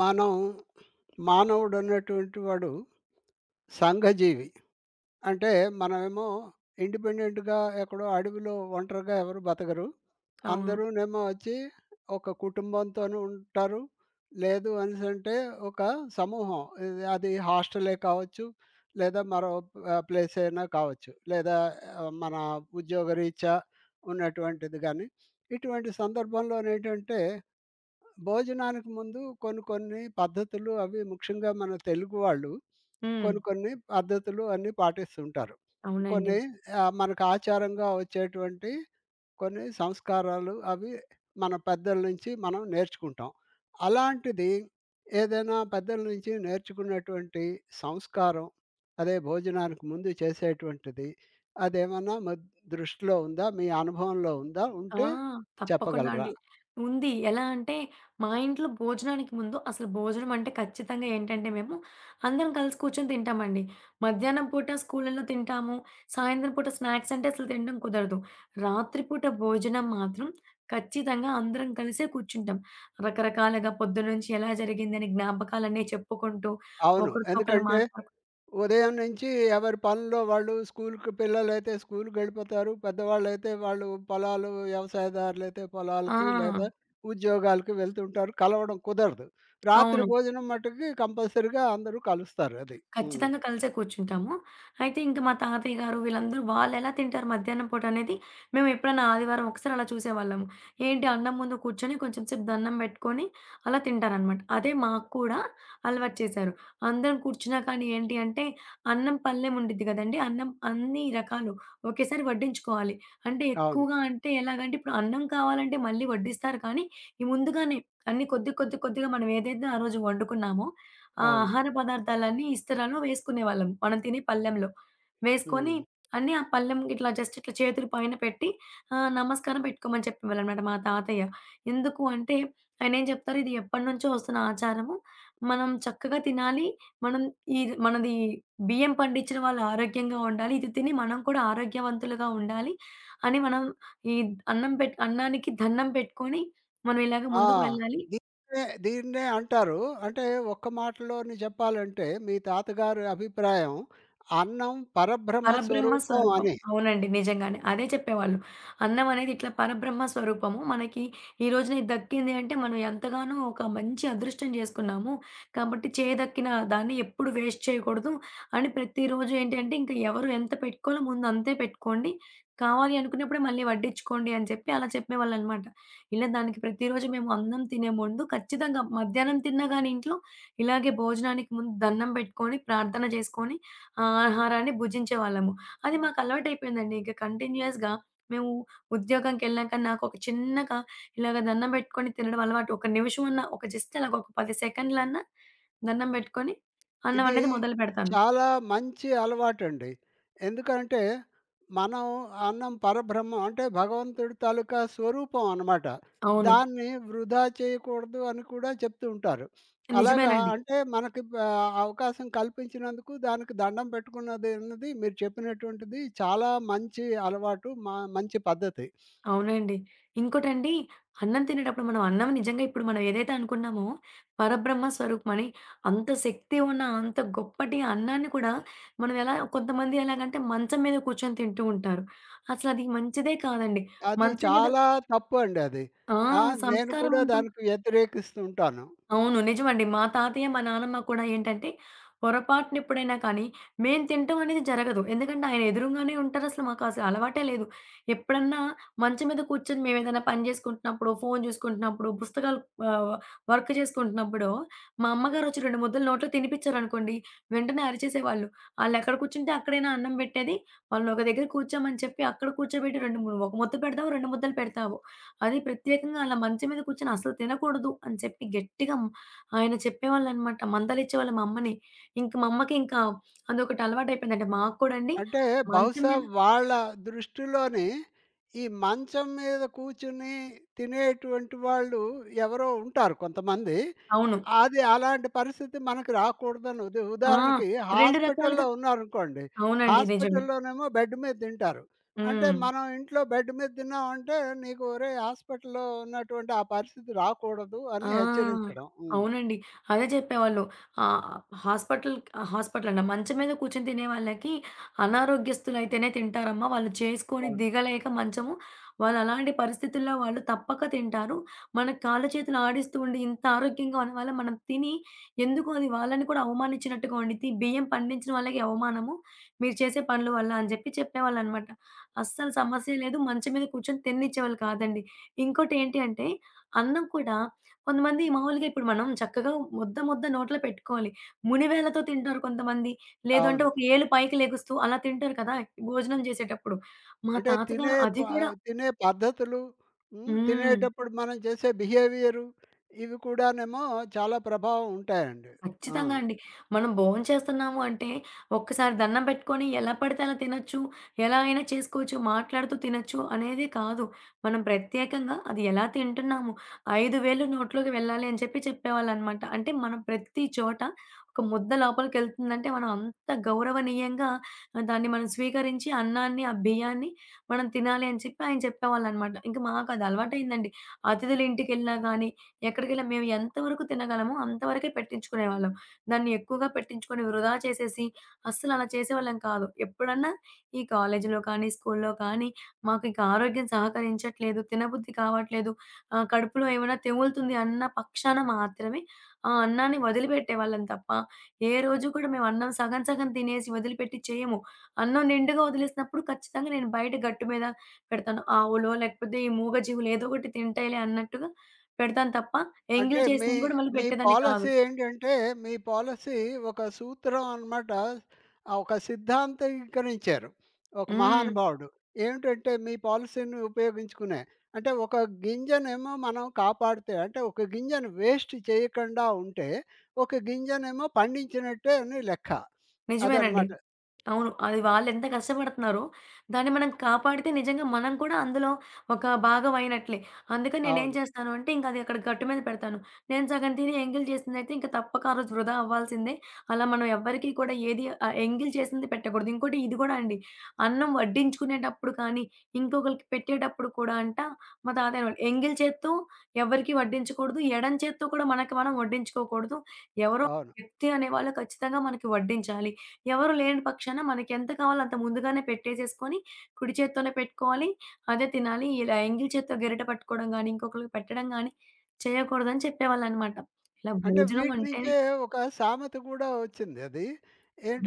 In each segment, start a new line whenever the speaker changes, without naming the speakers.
మనం మానవుడు అనేటువంటి వాడు సంఘజీవి అంటే మనమేమో ఇండిపెండెంట్‌గా ఎక్కడో అడవిలో ఒంటరిగా ఎవరు బతకరు.
అవును.
అందరూనేమో వచ్చి ఒక కుటుంబంతోను ఉంటారు. లేదు అనేసంటే ఒక సమూహం. ఇది అది హాస్టలే కావచ్చు, లేదా మరో ప్లేస్ అయినా కావచ్చు. లేదా మన ఉద్యోగరీత్యా ఉన్నటువంటిది గానీ, ఇటువంటి సందర్భంలోనేంటంటే భోజనానికి ముందు కొన్ని కొన్ని పద్ధతులు అవి ముఖ్యంగా మన తెలుగు వాళ్ళు
హ్మ్.
కొన్ని కొన్ని పద్ధతులు అన్నీ పాటిస్తుంటారు.
అవునండి.
కొన్ని మనకు ఆచారంగా వచ్చేటువంటి కొన్ని సంస్కారాలు అవి మన పెద్దల నుంచి మనం నేర్చుకుంటాం. అలాంటిది ఏదైనా పెద్దల నుంచి నేర్చుకున్నటువంటి సంస్కారం అదే భోజనానికి ముందు చేసేటువంటిది అదేమన్నా దృష్టిలో ఉందా? మీ అనుభవంలో ఉందా?
ఆ!
ఉంటే
తప్పకుండా
చెప్పగలరా?
అండి. ఉంది. ఎలా అంటే, మా ఇంట్లో భోజనానికి ముందు అసలు భోజనం అంటే ఖచ్చితంగా ఏంటంటే మేము అందరం కలిసి కూర్చొని తింటామండి. మధ్యాహ్నం పూట స్కూళ్ళలో తింటాము. సాయంత్రం పూట స్నాక్స్ అంటే అసలు తినడం కుదరదు. రాత్రి పూట భోజనం మాత్రం ఖచ్చితంగా అందరం కలిసే కూర్చుంటాం. రకరకాలుగా పొద్దున్నుంచి ఎలా జరిగిందని జ్ఞాపకాలన్నీ చెప్పుకుంటూ
అవును.
ఒకరితో ఒకళ్ళు
ఎందుకంటే
మాట్లాడుకు
ఉదయం నుంచి ఎవరి పనుల్లో వాళ్ళు స్కూల్‌కి పిల్లలైతే స్కూల్‌కెళ్ళిపోతారు. పెద్దవాళ్ళైతే వాళ్ళు పొలాలు వ్యవసాయదారులైతే పొలాలకి
ఆ!
లేదా ఉద్యోగాలకి వెళ్తుంటారు. కలవడం కుదరదు. రాత్రి
అవును.
భోజనం మట్టుకి కంపల్సరీగా అందరూ కలుస్తారు అది. హ్మ్.
ఖచ్చితంగా కలిసే కూర్చుంటాము. అయితే ఇంక మా తాతయ్య గారు వీళ్ళందరూ వాళ్ళెలా తింటారు మధ్యాహ్నం పూట అనేది మేము ఎప్పుడైనా ఆదివారం ఒకసారి అలా చూసేవాళ్ళము. ఏంటి అన్నం ముందు కూర్చొని కొంచెం సేపు దండం పెట్టుకొని అలా తింటారనమాట. అదే మాకు కూడా అలవాటు చేశారు. అందరం కూర్చున్నా కానీ ఏంటి అంటే అన్నం పళ్ళెం ఉండిద్ది కదండీ! అన్నం అన్ని రకాలు ఒకేసారి వడ్డించుకోవాలి. అంటే
అవును.
ఎక్కువగా అంటే ఎలాగంటే ఇప్పుడు అన్నం కావాలంటే మళ్ళీ వడ్డిస్తారు కానీ ఈ ముందుగానే అన్ని కొద్ది కొద్ది కొద్దిగా మనం ఏదైతే ఆ రోజు వండుకున్నామో ఆ
అవును.
ఆహార పదార్థాలన్నీ ఇస్తరాలో వేసుకునేవాళ్ళం. మనం తినే పళ్ళెంలో. వేసుకొని
హ్మ్.
అన్నీ ఆ పళ్ళెం ఇట్లా జస్ట్ ఇట్లా చేతులు పైన పెట్టి నమస్కారం పెట్టుకోమని చెప్పేవాళ్ళనమాట మా తాతయ్య. ఎందుకు అంటే ఆయనేం చెప్తారు ఇది ఎప్పటినుంచో వస్తున్న ఆచారము. మనం చక్కగా తినాలి. మనం ఇది మనది బియ్యం పండించిన వాళ్ళు ఆరోగ్యంగా ఉండాలి. ఇది తిని మనం కూడా ఆరోగ్యవంతులుగా ఉండాలి. అని మనం ఈ అన్నం పెట్ అన్నానికి దన్నం పెట్టుకొని మనం ఇలాగ
ఆ!
ముందుకు వెళ్ళాలి.
దీన్నే దీన్నే అంటారు. అంటే ఒక్క మాటలోని చెప్పాలంటే మీ తాతగారి అభిప్రాయం అన్నం పరబ్రహ్మ
పరబ్రహ్మ
స్వరూపం
స్వరూపం.
అని.
అవునండి. నిజంగానే. అదే చెప్పేవాళ్ళు. అన్నం అనేది ఇట్లా పరబ్రహ్మ స్వరూపము. మనకి ఈ రోజున ఇది దక్కింది అంటే మనం ఎంతగానో ఒక మంచి అదృష్టం చేసుకున్నాము. కాబట్టి చేదక్కిన దాన్ని ఎప్పుడు వేస్ట్ చేయకూడదు అని ప్రతిరోజు ఏంటంటే ఇంక ఎవరు ఎంత పెట్టుకోవాలో ముందు అంతే పెట్టుకోండి. కావాలి అనుకున్నప్పుడే మళ్ళీ వడ్డించుకోండి అని చెప్పి అలా చెప్పేవాళ్ళనమాట. ఇలా దానికి ప్రతిరోజు మేము అన్నం తినే ముందు ఖచ్చితంగా మధ్యాహ్నం తిన్నా గాని ఇంట్లో ఇలాగే భోజనానికి ముందు దండం పెట్టుకొని, ప్రార్థన చేసుకొని ఆ ఆహారాన్ని భుజించేవాళ్ళము. అది మాకలవాటయిపోయిందండి. ఇక కంటిన్యూయస్‌గా మేము ఉద్యోగంకెళ్ళాక నాకొక చిన్నగా ఇలాగ దండం బెట్టుకొని తినడం అలవాటు. ఒక నిమిషమన్నా, ఒక జస్ట్ అలాగ ఒక 10 సెకండ్లన్నా దండం బెట్టుకొని అన్నం
ఇది
అనేది మొదలు పెడతాను.
చాలా మంచి అలవాటండి. ఎందుకంటే, మనం అన్నం పరబ్రహ్మం అంటే భగవంతుడి తాలూకా స్వరూపం అనమాట.
అవును.
దాన్ని వృధా చేయకూడదు అని కూడా చెప్తూ ఉంటారు. అలాగా
నిజమేనండి.
అంటే మనకి అవకాశం కల్పించినందుకు దానికి దండం పెట్టుకున్నది అన్నది మీరు చెప్పినటువంటిది చాలా మంచి అలవాటు. మా మంచి పద్ధతి.
అవునండి. ఇంకోటండి అన్నం తినేటప్పుడు మనం అన్నం నిజంగా ఇప్పుడు మనం ఏదైతే అనుకున్నామో పరబ్రహ్మ స్వరూపమని అంత శక్తి ఉన్న అంత గొప్పటి అన్నాన్ని కూడా మనం ఎలా కొంతమంది ఎలాగంటే మంచం మీద కూర్చొని తింటూ ఉంటారు. అసలది మంచిదే కాదండి.
అది
మంచం మీద
చాలా తప్పు అండి అది.
ఆ!
ఆ! నేను కూడా
సంస్కారవంతం
దానికి వ్యతిరేకిస్తూ ఉంటాను.
అవును. నిజమండి. మా తాతయ్య, మా నానమ్మ కూడా ఏంటంటే, పొరపాటున ఎప్పుడైనా కానీ, మేము తింటం అనేది జరగదు. ఎందుకంటే, ఆయన ఎదురుంగానే ఉంటారసలు. మాకసలు అలవాటే లేదు. ఎప్పుడన్నా మంచం మీద కూర్చొని మేమేదైనా పని జేసుకుంటున్నప్పుడు, ఫోను జూసుకుంటున్నప్పుడు, పుస్తకాలు ఆహ్, వర్క్ చేసుకుంటున్నప్పుడు, మా అమ్మగారొచ్చి 2 ముద్దలు నోట్లో తినిపిచ్చారనుకోండి, వెంటనే అరిచేసేవాళ్ళు. ఆళ్ళెక్కడ కూర్చుంటే అక్కడేనా అన్నం బెట్టేది. వాళ్ళనొక దగ్గర కూర్చోమని చెప్పి, అక్కడ కూర్చోబెట్టి 2, 3 ఒక ముద్ద పెడతావు, 2 ముద్దలు పెడతావు. అది ప్రత్యేకంగా అలా మంచం మీద కూర్చొని అసలు తినకూడదు అని చెప్పి గట్టిగా ఆయన చెప్పేవాళ్ళనమాట. మందలిచ్చేవాళ్ళు మా అమ్మని. ఇంక మా అమ్మకి ఇంకా అదొకటి అలవాటయిపోయిందంట. మాకు కూడా అండి
అంటే
మంచం
బహుశా
మీద
వాళ్ళ దృష్టిలోని ఈ మంచం మీద కూర్చుని తినేటువంటి వాళ్ళు ఎవరో ఉంటారు కొంతమంది.
అవును.
అది అలాంటి పరిస్థితి మనకు రాకూడదని
ఆ!
ఉదాహరణకి
2 రకాలుగా
హాస్పిటల్‌లో ఉన్నారనుకోండి.
అవునండి. నిజమే.
హాస్పిటల్‌లోనేమో బెడ్ మీద తింటారు. అంటే
హ్మ్.
మనం ఇంట్లో బెడ్ మీద తిన్నామంటే నీకు ఒరేయ్! హాస్పిటల్‌లో ఉన్నటువంటి ఆ పరిస్థితి రాకూడదు అని
ఆ!
హెచ్చరించడం. హ్మ్.
అవునండి. అదే చెప్పేవాళ్ళు. ఆహ్, హాస్పిటల్ హాస్పిటల్ అన్న మంచం మీద కూర్చొని తినే వాళ్ళకి అనారోగ్యస్తులైతేనే తింటారమ్మా. వాళ్ళు చేసుకొని
అవును.
దిగలేక మంచము, వాళ్ళు అలాంటి పరిస్థితుల్లో వాళ్ళు తప్పక తింటారు. మన కాళ్ళు చేతులు ఆడిస్తూ ఉండి ఇంత ఆరోగ్యంగా ఉన్న వాళ్ళం మనం తిని ఎందుకు అది వాళ్ళని కూడా అవమానించినట్టుగా ఉండిద్ది. బియ్యం పండించిన వాళ్ళకి అవమానము. మీరు చేసే పనుల వల్ల అని చెప్పి చెప్పేవాళ్ళనమాట. అస్సలు సమస్య లేదు. మంచం మీద కూర్చొని తిననిచ్చేవాళ్ళు కాదండి. ఇంకోటేంటి అంటే అన్నం కూడా కొంతమంది మామూలుగా ఇప్పుడు మనం చక్కగా ముద్ద నోట్లో పెట్టుకోవాలి. మునివేళ్ళతో తింటారు కొంతమంది. లేదు అంటే
అవును.
ఒక ఏలు పైకి లెగుస్తూ అలా తింటారు కదా! భోజనం చేసేటప్పుడు. మా
అంటే
తాతగారు అది కూడా
తినే పద్ధతులు, హ్మ్.
హ్మ్.
తినేటప్పుడు మనం చేసే బిహేవియరు ఇవి కూడానేమో చాలా ప్రభావం ఉంటాయండి. ఆ!
ఖచ్చితంగా అండి. మనం భోంచేస్తున్నాము అంటే, ఒక్కసారి దండం పెట్టుకొని ఎలా పడితే అలా తినొచ్చు, ఎలా అయినా చేసుకోవచ్చు, మాట్లాడుతూ తినొచ్చు అనేది కాదు. మనం ప్రత్యేకంగా అది ఎలా తింటున్నాము, 5000 నోట్లోకి వెళ్ళాలి అని చెప్పి చెప్పేవాళ్ళనమాట. అంటే మనం ప్రతి చోట ఒక ముద్ద లోపలికెళ్తుందంటే మనం అంత గౌరవనీయంగా దాన్ని మనం స్వీకరించి అన్నాన్ని, ఆ బియ్యాన్ని మనం తినాలి అని చెప్పి ఆయన చెప్పేవాళ్ళనమాట. ఇంక మాకది అలవాటయిందండి. అతిథుల ఇంటికెళ్ళినా గానీ, ఎక్కడికెళ్ళినా మేము ఎంతవరకు తినగలమో అంతవరకే పెట్టించుకునేవాళ్ళం. దాన్ని ఎక్కువగా పెట్టించుకొని వృధా చేసేసి అస్సలు అలా చేసేవాళ్ళం కాదు. ఎప్పుడన్నా ఈ కాలేజీలో కానీ, స్కూలులో కానీ మాకు ఇంక ఆరోగ్యం సహకరించట్లేదు, తినబుద్ధి కావట్లేదు, కడుపులో ఏమైనా తెగులుతుంది అన్న పక్షాన మాత్రమే ఆ అన్నాన్ని వదిలిపెట్టేవాళ్ళం తప్ప, ఏ రోజు కూడా మేము అన్నం సగం సగం తినేసి వదిలిపెట్టి చేయము. అన్నం నిండుగా వదిలేసినప్పుడు ఖచ్చితంగా నేను బయట గట్టు మీద పెడతాను. ఆవులో లేకపోతే ఈ మూగజీవులు ఏదో ఒకటి తింటాయిలే అన్నట్టుగా పెడతాను తప్ప
అంటే
ఎంగిల్
మీ
చేసింది గూడా మళ్ళీ
మీ
పెట్టేదాన్ని కాదు.
పాలిసీ ఏంటంటే, మీ పాలిసీ ఒక సూత్రం అనమాట. ఒక సిద్ధాంతీకరించారు. ఒక
హ్మ్.
మహానుభావుడు. ఏమిటంటే మీ పాలిసీని ఉపయోగించుకునే. అంటే ఒక గింజనేమో మనం కాపాడితే అంటే ఒక గింజను వేస్ట్ చేయకుండా ఉంటే, ఒక గింజనేమో పండించినట్టే అని లెక్క.
నిజమేనండి.
అదనమాట.
అవును. అది వాళ్ళెంత కష్టపడుతున్నారో, దాన్ని మనం కాపాడితే నిజంగా మనం కూడా అందులో ఒక భాగం అయినట్లే. అందుకని నేనేం
అవును.
చేస్తాను అంటే, ఇంక అది అక్కడ గట్టు మీద పెడతాను. నేను సగం తిని ఎంగిల్ చేసిందయితే ఇంక తప్పక ఆ రోజు వృధా అవ్వాల్సిందే. అలా మనం ఎవ్వరికీ కూడా ఏది ఎంగిల్ చేసింది పెట్టకూడదు. ఇంకోటి ఇది గూడా అండి, అన్నం వడ్డించుకునేటప్పుడు కానీ, ఇంకొకళ్ళకి పెట్టేటప్పుడు కూడా అంట, మా తాతయ్య అనేవాళ్ళు, ఎంగిల్ చేత్తో ఎవరికీ వడ్డించకూడదు. ఎడం చేత్తో కూడా మనకి మనం వడ్డించుకోకూడదు. ఎవరో
అవును.
వ్యక్తి అనేవాళ్ళు ఖచ్చితంగా మనకి వడ్డించాలి. ఎవరు లేని పక్షాన మనకెంత కావాలో అంత ముందుగానే పెట్టేసేసుకొని, కుడి చేత్తోనే పెట్టుకోవాలి, అదే తినాలి. ఇలా ఎంగిలి చేత్తో గెరిటె పట్టుకోవడం గానీ, ఇంకొకళ్ళకి పెట్టడం గానీ చేయకూడదని చెప్పేవాళ్ళనమాట. ఇలా
అంటే
భోజనం
వీటి
అంటేనే
నుంచే ఒక సామెత గూడా వచ్చింది అది.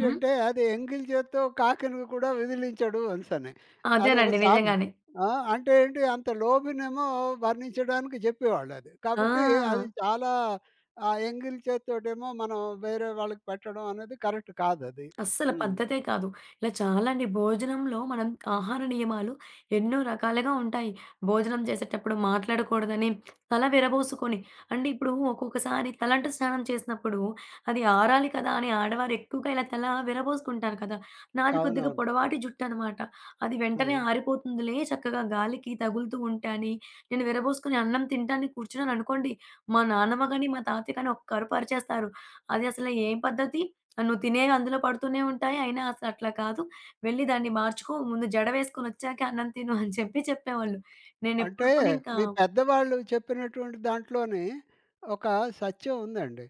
హ్మ్.
అది ఎంగిలి చేత్తో కాకిని కూడా విదిలించడు అనేసని. అది ఒక
అదేనండి
సామె
నిజంగానే.
ఆ! అంటే ఏంటి అంత లోబినేమో వర్ణించడానికి జెప్పేవాళ్ళది. కాబట్టి అది
ఆ!
చాలా ఆ ఎంగిలి చేత్తోటేమో మనం వేరే వాళ్ళకి పెట్టడం అనేది కరెక్ట్ కాదది.
అస్సలు
హ్మ్.
పద్ధతే కాదు. ఇలా చాలా అండి. భోజనంలో మనం ఆహార నియమాలు ఎన్నో రకాలుగా ఉంటాయి. భోజనం చేసేటప్పుడు మాట్లాడకూడదని, తల విరబోసుకొని అంటే ఇప్పుడు ఒక్కొక్కసారి తలంటు స్నానం చేసినప్పుడు అది ఆరాలి కదా అని ఆడవారు ఎక్కువగా ఇలా తల విరబోసుకుంటారు కదా! నాది కొద్దిగా
అవునవును.
పొడవాటి జుట్టనమాట. అది వెంటనే
హ్మ్.
ఆరిపోతుందిలే చక్కగా గాలికి తగులుతూ ఉంటే అని నేను విరబోసుకొని అన్నం తింటానికి కూర్చున్నాననుకోండి, మా నాన్నమ్మ గాని, మా తాతయ్య గాని ఒక్క అరుపు అరిచేస్తారు. అది అసలు ఏం పద్ధతి? నువ్వు తినేవి అందులో పడుతూనే ఉంటాయి. అయినా అసలట్లా కాదు. వెళ్లి దాన్ని మార్చుకో. ముందు జడ వేసుకొనొచ్చాకే అన్నం తిను అని చెప్పి చెప్పేవాళ్ళు. నేనెప్పుడు
అంటే
కూడా ఇంకా
మీ పెద్దవాళ్ళు చెప్పినటువంటి దాంట్లోని ఒక సత్యం ఉందండి.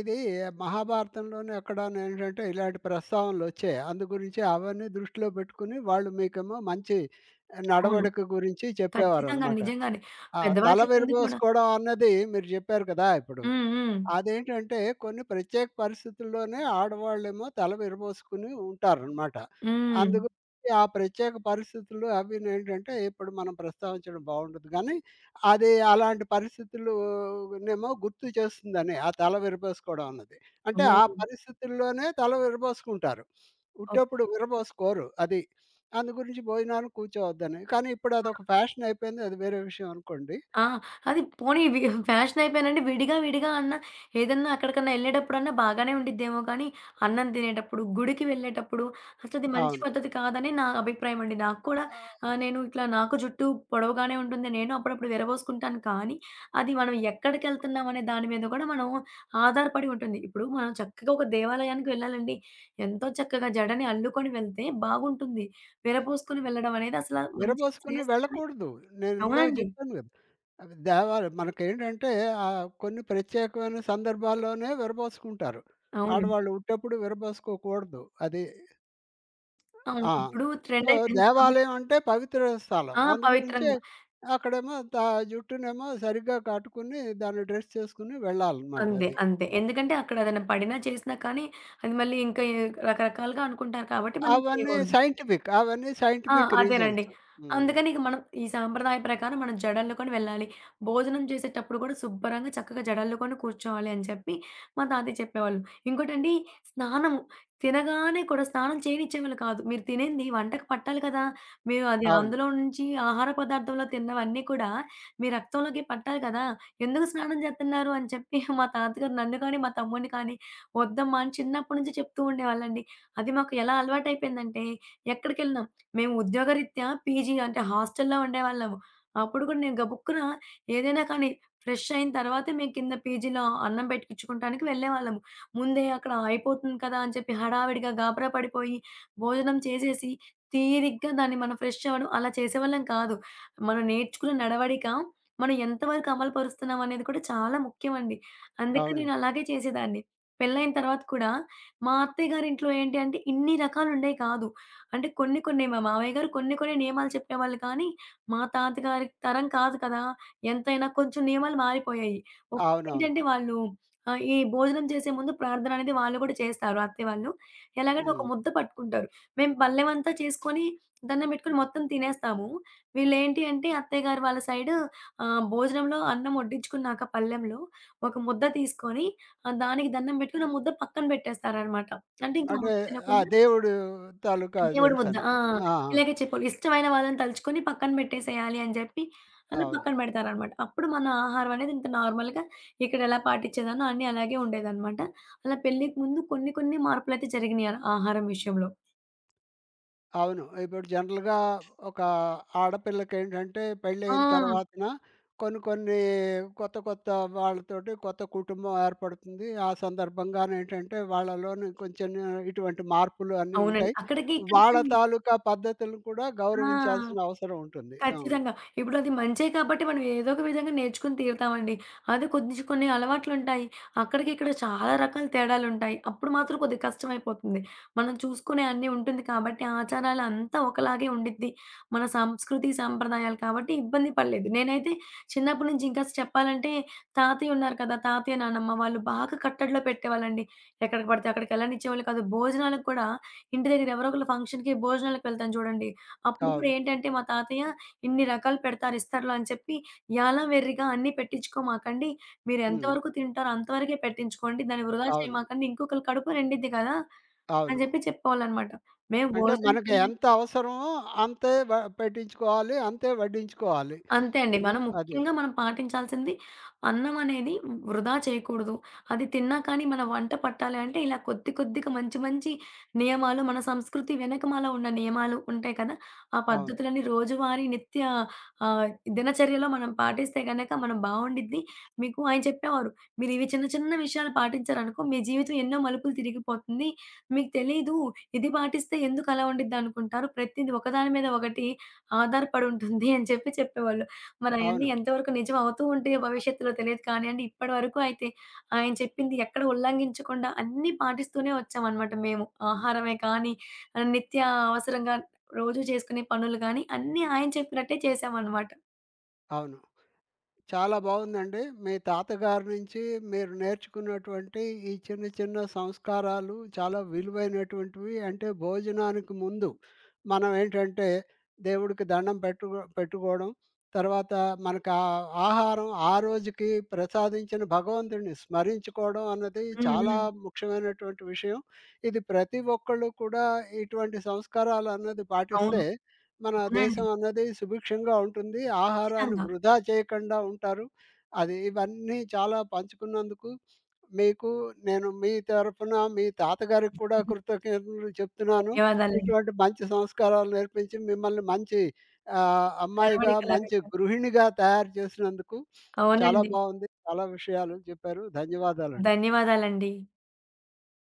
ఇది మహాభారతంలోనే ఎక్కడనేంటంటే ఇలాంటి ప్రస్తావనలొచ్చాయి. అందు గురించి అవన్నీ దృష్టిలో పెట్టుకొని వాళ్ళు మీకేమో మంచి
అవును.
నడవడిక గురించి
ఖచ్చితంగా
చెప్పేవారనమాట.
నిజంగానే.
ఆ!
పెద్దవాళ్ళు
తల
చెప్పింది కూడా.
విరబోసుకోవడం అన్నది మీరు జెప్పారు కదా! ఇప్పుడు.
హ్మ్. హ్మ్.
అదేంటంటే కొన్ని ప్రత్యేక పరిస్థితుల్లోనే ఆడవాళ్ళేమో తల విరబోసుకుని ఉంటారనమాట.
హ్మ్.
అందుగురించి ఆ ప్రత్యేక పరిస్థితులు అవీనేంటంటే ఇప్పుడు మనం ప్రస్తావించడం బావుండదు గానీ, అది అలాంటి పరిస్థితులు నేమో గుర్తు చేస్తుందని ఆ తల విరబోసుకోవడం అన్నది. అంటే ఆ
అవును.
పరిస్థితుల్లోనే తల విరబోసుకుంటారు.
ఓకే.
ఉట్టేప్పుడు విరబోసుకోరు అది. అందు గురించి భోజనానికి కూర్చోవద్దని. కానీ ఇప్పుడు అదొక ఫ్యాషన్ అయిపోయింది. అది వేరే విషయం అనుకోండి.
ఆ! అది పోనీ వి ఫ్యాషన్ అయిపోయానంటే విడిగా అన్నా ఏదన్నా అక్కడికన్నా ఎళ్ళేటప్పుడన్నా బాగానే ఉండిద్దేమో కానీ, అన్నం తినేటప్పుడు, గుడికి వెళ్ళేటప్పుడు అసలది మంచి
అవును.
పద్ధతి కాదని నా అభిప్రాయం అండి. నాకు కూడా
ఆ!
నేను ఇట్లా నాకు జుట్టు పొడవుగానే ఉంటుంది. నేను అప్పుడప్పుడు విరబోసుకుంటాను. కానీ, అది మనం ఎక్కడికెళ్తున్నాం అనే దాని మీద కూడా మనం ఆధారపడి ఉంటుంది. ఇప్పుడు మనం చక్కగా ఒక దేవాలయానికి వెళ్ళాలండి. ఎంతో చక్కగా జడని అల్లుకొని వెళ్తే బాగుంటుంది. విరబోసుకొని వెళ్ళడం అనేది అసల మంచి
విరబోసుకొని
శ్రేయస్కరమే
వెళ్ళకూడదు. నేను ఇందాక
అవునండి.
చెప్పాను కదా! అవి దేవాలు మనకేంటంటే కొన్ని ప్రత్యేకమైన సందర్భాల్లోనే విరబోసుకుంటారు.
అవును.
ఆడవాళ్ళు ఉట్టేప్పుడు విరబోసుకోకూడదు. అది
అవును.
ఆ!
ఇప్పుడు
సో,
ట్రెండ్ అయిపోయింది కాబట్టి
దేవాలయం అంటే పవిత్ర స్థలం.
ఆ!
అందుగురించే
పవిత్రంగా.
అక్కడేమో జుట్టునేమో సరిగ్గా కట్టుకుని దాన్ని డ్రెస్ చేసుకొని వెళ్ళాలనమాట
అంతే.
అది.
అంతే.
హ్మ్.
ఎందుకంటే అక్కడ ఏదైనా పడినా, చేసినా కానీ అది మళ్ళీ ఇంకా రకరకాలుగా అనుకుంటారు కాబట్టి మనం
అవన్నీ
చేయకూడదు.
సైంటిఫిక్. అవన్నీ
ఆ!
సైంటిఫిక్
అదేనండి.
రీజన్స్. హ్మ్.
అందుకని ఇక మనం ఈ సాంప్రదాయం ప్రకారం మనం జడల్లుకొని వెళ్ళాలి. భోజనం చేసేటప్పుడు కూడా శుభ్రంగా చక్కగా జడల్లుకొని కూర్చోవాలి అని చెప్పి మా తాతయ్య చెప్పేవాళ్ళు. ఇంకోటండి స్నానము. తినగానే కూడా స్నానం చేయనిచ్చేవాళ్ళు కాదు. మీరు తినింది వంటకు పట్టాలి కదా! మీరు అది
అవును.
అందులో నుంచి ఆహార పదార్థంలో తిన్నవన్నీ కూడా మీ రక్తంలోకి పట్టాలి కదా! ఎందుకు స్నానం చేత్తన్నారు అని చెప్పి మా తాతగారు నన్ను కానీ, మా తమ్ముడిని కానీ వద్దమ్మా అని చిన్నప్పటి నుంచి చెప్తూ ఉండేవాళ్ళండి. అది మాకు ఎలా అలవాటయిపోయిందంటే ఎక్కడికెళ్ళినా మేము ఉద్యోగరీత్యా పీజీ అంటే హాస్టల్‌లో ఉండేవాళ్ళము. అప్పుడు కూడా నేను గబుక్కున ఏదైనా కానీ ఫ్రెష్ అయిన తర్వాతే మేము కింద పీజీలో అన్నం పెట్టించుకుంటానికి వెళ్ళేవాళ్ళము. ముందే అక్కడ అయిపోతుంది కదా! అని చెప్పి హడావిడిగా గాబరా పడిపోయి, భోజనం చేసేసి, తీరిగ్గా దాన్ని మనం ఫ్రెష్ అవ్వడం అలా చేసేవాళ్ళం కాదు. మనం నేర్చుకున్న నడవడిక మనం ఎంతవరకు అమలు పరుస్తున్నాం అనేది కూడా చాలా ముఖ్యమండి. అందుకే
అవునండి.
నేను అలాగే చేసేదాన్ని. పెళ్ళైన తర్వాత కూడా మా అత్తయ్య గారింట్లో ఏంటి అంటే ఇన్ని రకాలుండేయి కాదు. అంటే కొన్ని కొన్ని మా మావయ్య గారు కొన్ని కొన్ని నియమాలు చెప్పేవాళ్ళు కానీ, మా తాతగారి తరం కాదు కదా! ఎంతైనా కొంచెం నియమాలు మారిపోయాయి.
అవునవును.
ఒకటేంటంటే వాళ్ళు ఈ భోజనం చేసే ముందు ప్రార్థన అనేది వాళ్ళు కూడా చేస్తారు అత్తయ్య వాళ్ళు. ఎలాగంటే ఒక
హ్మ్.
ముద్ద పట్టుకుంటారు. మేము పళ్ళెమంతా చేసుకొని దండం పెట్టుకొని మొత్తం తినేస్తాము. వీళ్ళేంటి అంటే అత్తయ్య గారు వాళ్ళ సైడ్ భోజనంలో అన్నం వడ్డించుకున్నాక పళ్ళెంలో ఒక ముద్ద తీసుకొని దానికి దండం పెట్టుకొని ఆ ముద్ద పక్కన పెట్టేస్తారనమాట. అంటే ఇంకా
అంటే
ముద్ద
ఆ!
తినకుండా
దేవుడు తాలూకా
దేవుడి ముద్ద.
తెలుసని.
ఆ!
ఆ!
ఇలాగే చెప్పాలి. ఇష్టమైన వాళ్ళని తలుచుకొని పక్కన పెట్టేసేయాలి అని జెప్పి, అలా
అవును.
పక్కన పెడతారనమాట. అప్పుడు మన ఆహారం అనేది ఇంత నార్మల్‌గా ఇక్కడెలా పాటించేదాన్నో అన్నీ అలాగే ఉండేదనమాట. అలా పెళ్ళికి ముందు కొన్ని కొన్ని మార్పులైతే జరిగినియి ఆహారం విషయంలో.
అవును. ఇప్పుడు జనరల్‌గా ఒక ఆడపిల్లకేంటంటే
ఆ!
పెళ్ళయిన తర్వాతన కొన్ని కొన్ని కొత్త కొత్త వాళ్ళతోటి కొత్త కుటుంబం ఏర్పడుతుంది. ఆ సందర్భంగానేంటంటే వాళ్ళలోని కొంచెం ఇటువంటి మార్పులు అన్నీ
అవునండి.
ఉంటాయి.
అక్కడికి
వాళ్ళ
ఇక్కడికి
తాలూకా పద్ధతులను కూడా
ఆ!
గౌరవించాల్సిన అవసరం ఉంటుంది. అవును.
ఖచ్చితంగా. ఇప్పుడది మంచే కాబట్టి మనం ఏదో ఒక విధంగా నేర్చుకొని తీరుతామండి. అదే కొద్దిగ కొన్ని అలవాట్లుంటాయి. అక్కడికి ఇక్కడ చాలా రకాల తేడాలుంటాయి. అప్పుడు మాత్రం కొద్దిగా కష్టమైపోతుంది. మనం చూసుకునే అన్నీ ఉంటుంది కాబట్టి ఆచారాలు అంతా ఒకలాగే ఉండిద్ది. మన సంస్కృతి, సంప్రదాయాలు కాబట్టి ఇబ్బంది పడలేదు. నేనైతే చిన్నప్పటి నుంచి ఇంకా చెప్పాలంటే తాతయ్య ఉన్నారు కదా! తాతయ్య, నానమ్మ వాళ్ళు బాగా కట్టడిలో పెట్టేవాళ్ళండి. ఎక్కడికి పడితే అక్కడికి ఎళ్ళనిచ్చేవాళ్ళు కాదు. భోజనాలకు కూడా ఇంటి దగ్గర ఎవరో ఒకళ్ళ ఫంక్షన్‌కి భోజనాలకు వెళ్తాం చూడండి. అప్పుడు కూడా
అవును.
ఏంటంటే మా తాతయ్య ఇన్ని రకాలు పెడతారు ఇస్తరులో అని చెప్పి యాల వెర్రిగా అన్నీ పెట్టించుకోమాకండి. మీరు
హ్మ్.
ఎంతవరకు తింటారో అంతవరకే పెట్టించుకోండి. దాన్ని వృధా
అవును.
చేయమాకండి. ఇంకొకళ్ళ కడుపు నిండిద్ది కదా! అని
అవును.
చెప్పి చెప్పేవాళ్ళనమాట. మేము ఓకే.
అంటే
భోజనం
మనకి
చేయాలి
ఎంత అవసరమో అంతే వ పెట్టించుకోవాలి. అంతే వడ్డించుకోవాలి.
అంతే అండి.
హ్మ్.
మనం
అది.
ముఖ్యంగా మనం పాటించాల్సింది అన్నం అనేది వృధా చేయకూడదు. అది తిన్నా కానీ మన వంట పట్టాలి అంటే ఇలా కొద్ది కొద్దిగా మంచి మంచి నియమాలు మన సంస్కృతి వెనకమాల ఉన్న నియమాలు ఉంటాయి కదా! ఆ
అవును.
పద్ధతులన్నీ రోజువారీ నిత్య ఆహ్, దినచర్యలో మనం పాటిస్తే గనక మనం బావుండిద్ది. మీకు ఆయన చెప్పేవారు. మీరు ఇవి చిన్న చిన్న విషయాలు పాటించారనుకో మీ జీవితం ఎన్నో మలుపులు తిరిగిపోతుంది. మీకు తెలీదు ఇది పాటిస్తే ఎందుకు అలా ఉండిద్దనుకుంటారు. ప్రతిది ఒకదాని మీద ఒకటి ఆధారపడి ఉంటుంది అని చెప్పి చెప్పేవాళ్ళు. మరయన్నీ
అవును.
ఎంతవరకు నిజం అవుతూ ఉంటాయో భవిష్యత్తులో తెలియదు కానియండి, ఇప్పటి వరకు అయితే ఆయన చెప్పింది ఎక్కడ ఉల్లంఘించకుండా అన్నీ పాటిస్తూనే వచ్చామనమాట మేము. ఆహారమే కానీ, నిత్య అవసరంగా రోజు చేసుకునే పనులు గానీ, అన్నీ ఆయన చెప్పినట్టే చేశామనమాట.
అవును. చాలా బాగుందండి. మీ తాతగారి నుంచి మీరు నేర్చుకున్నటువంటి ఈ చిన్న చిన్న సంస్కారాలు చాలా విలువైనటువంటివి. అంటే భోజనానికి ముందు మనం ఏంటంటే దేవుడికి దండం పెట్టు పెట్టుకోవడం. తర్వాత మనకు ఆ ఆహారం ఆ రోజుకి ప్రసాదించిన భగవంతుడిని స్మరించుకోవడం అన్నది
హ్మ్.
చాలా
హ్మ్.
ముఖ్యమైనటువంటి విషయం. ఇది ప్రతి ఒక్కళ్ళు కూడా ఇటువంటి సంస్కారాలన్నది
అవును.
పాటిస్తే మన
అవునండి.
దేశం అన్నది సుభిక్షంగా ఉంటుంది. ఆహారాన్ని
ఖచ్చితంగా.
వృధా చేయకుండా ఉంటారు. అది ఇవన్నీ చాలా పంచుకున్నందుకు మీకు నేను మీ తరపున మీ తాతగారికి కూడా
హుహు.
కృతజ్ఞతలు చెప్తున్నాను.
ధన్యవాదాలండి.
ఇటువంటి మంచి సంస్కారాలు నేర్పించి మిమ్మల్ని మంచి అమ్మాయిగా,
నడవడికలా
మంచి
పెట్టాను.
గృహిణిగా తయారు చేసినందుకు. చాలా
అవునండి.
బావుంది. చాలా విషయాలు చెప్పారు. ధన్యవాదాలండి.
ధన్యవాదాలండి.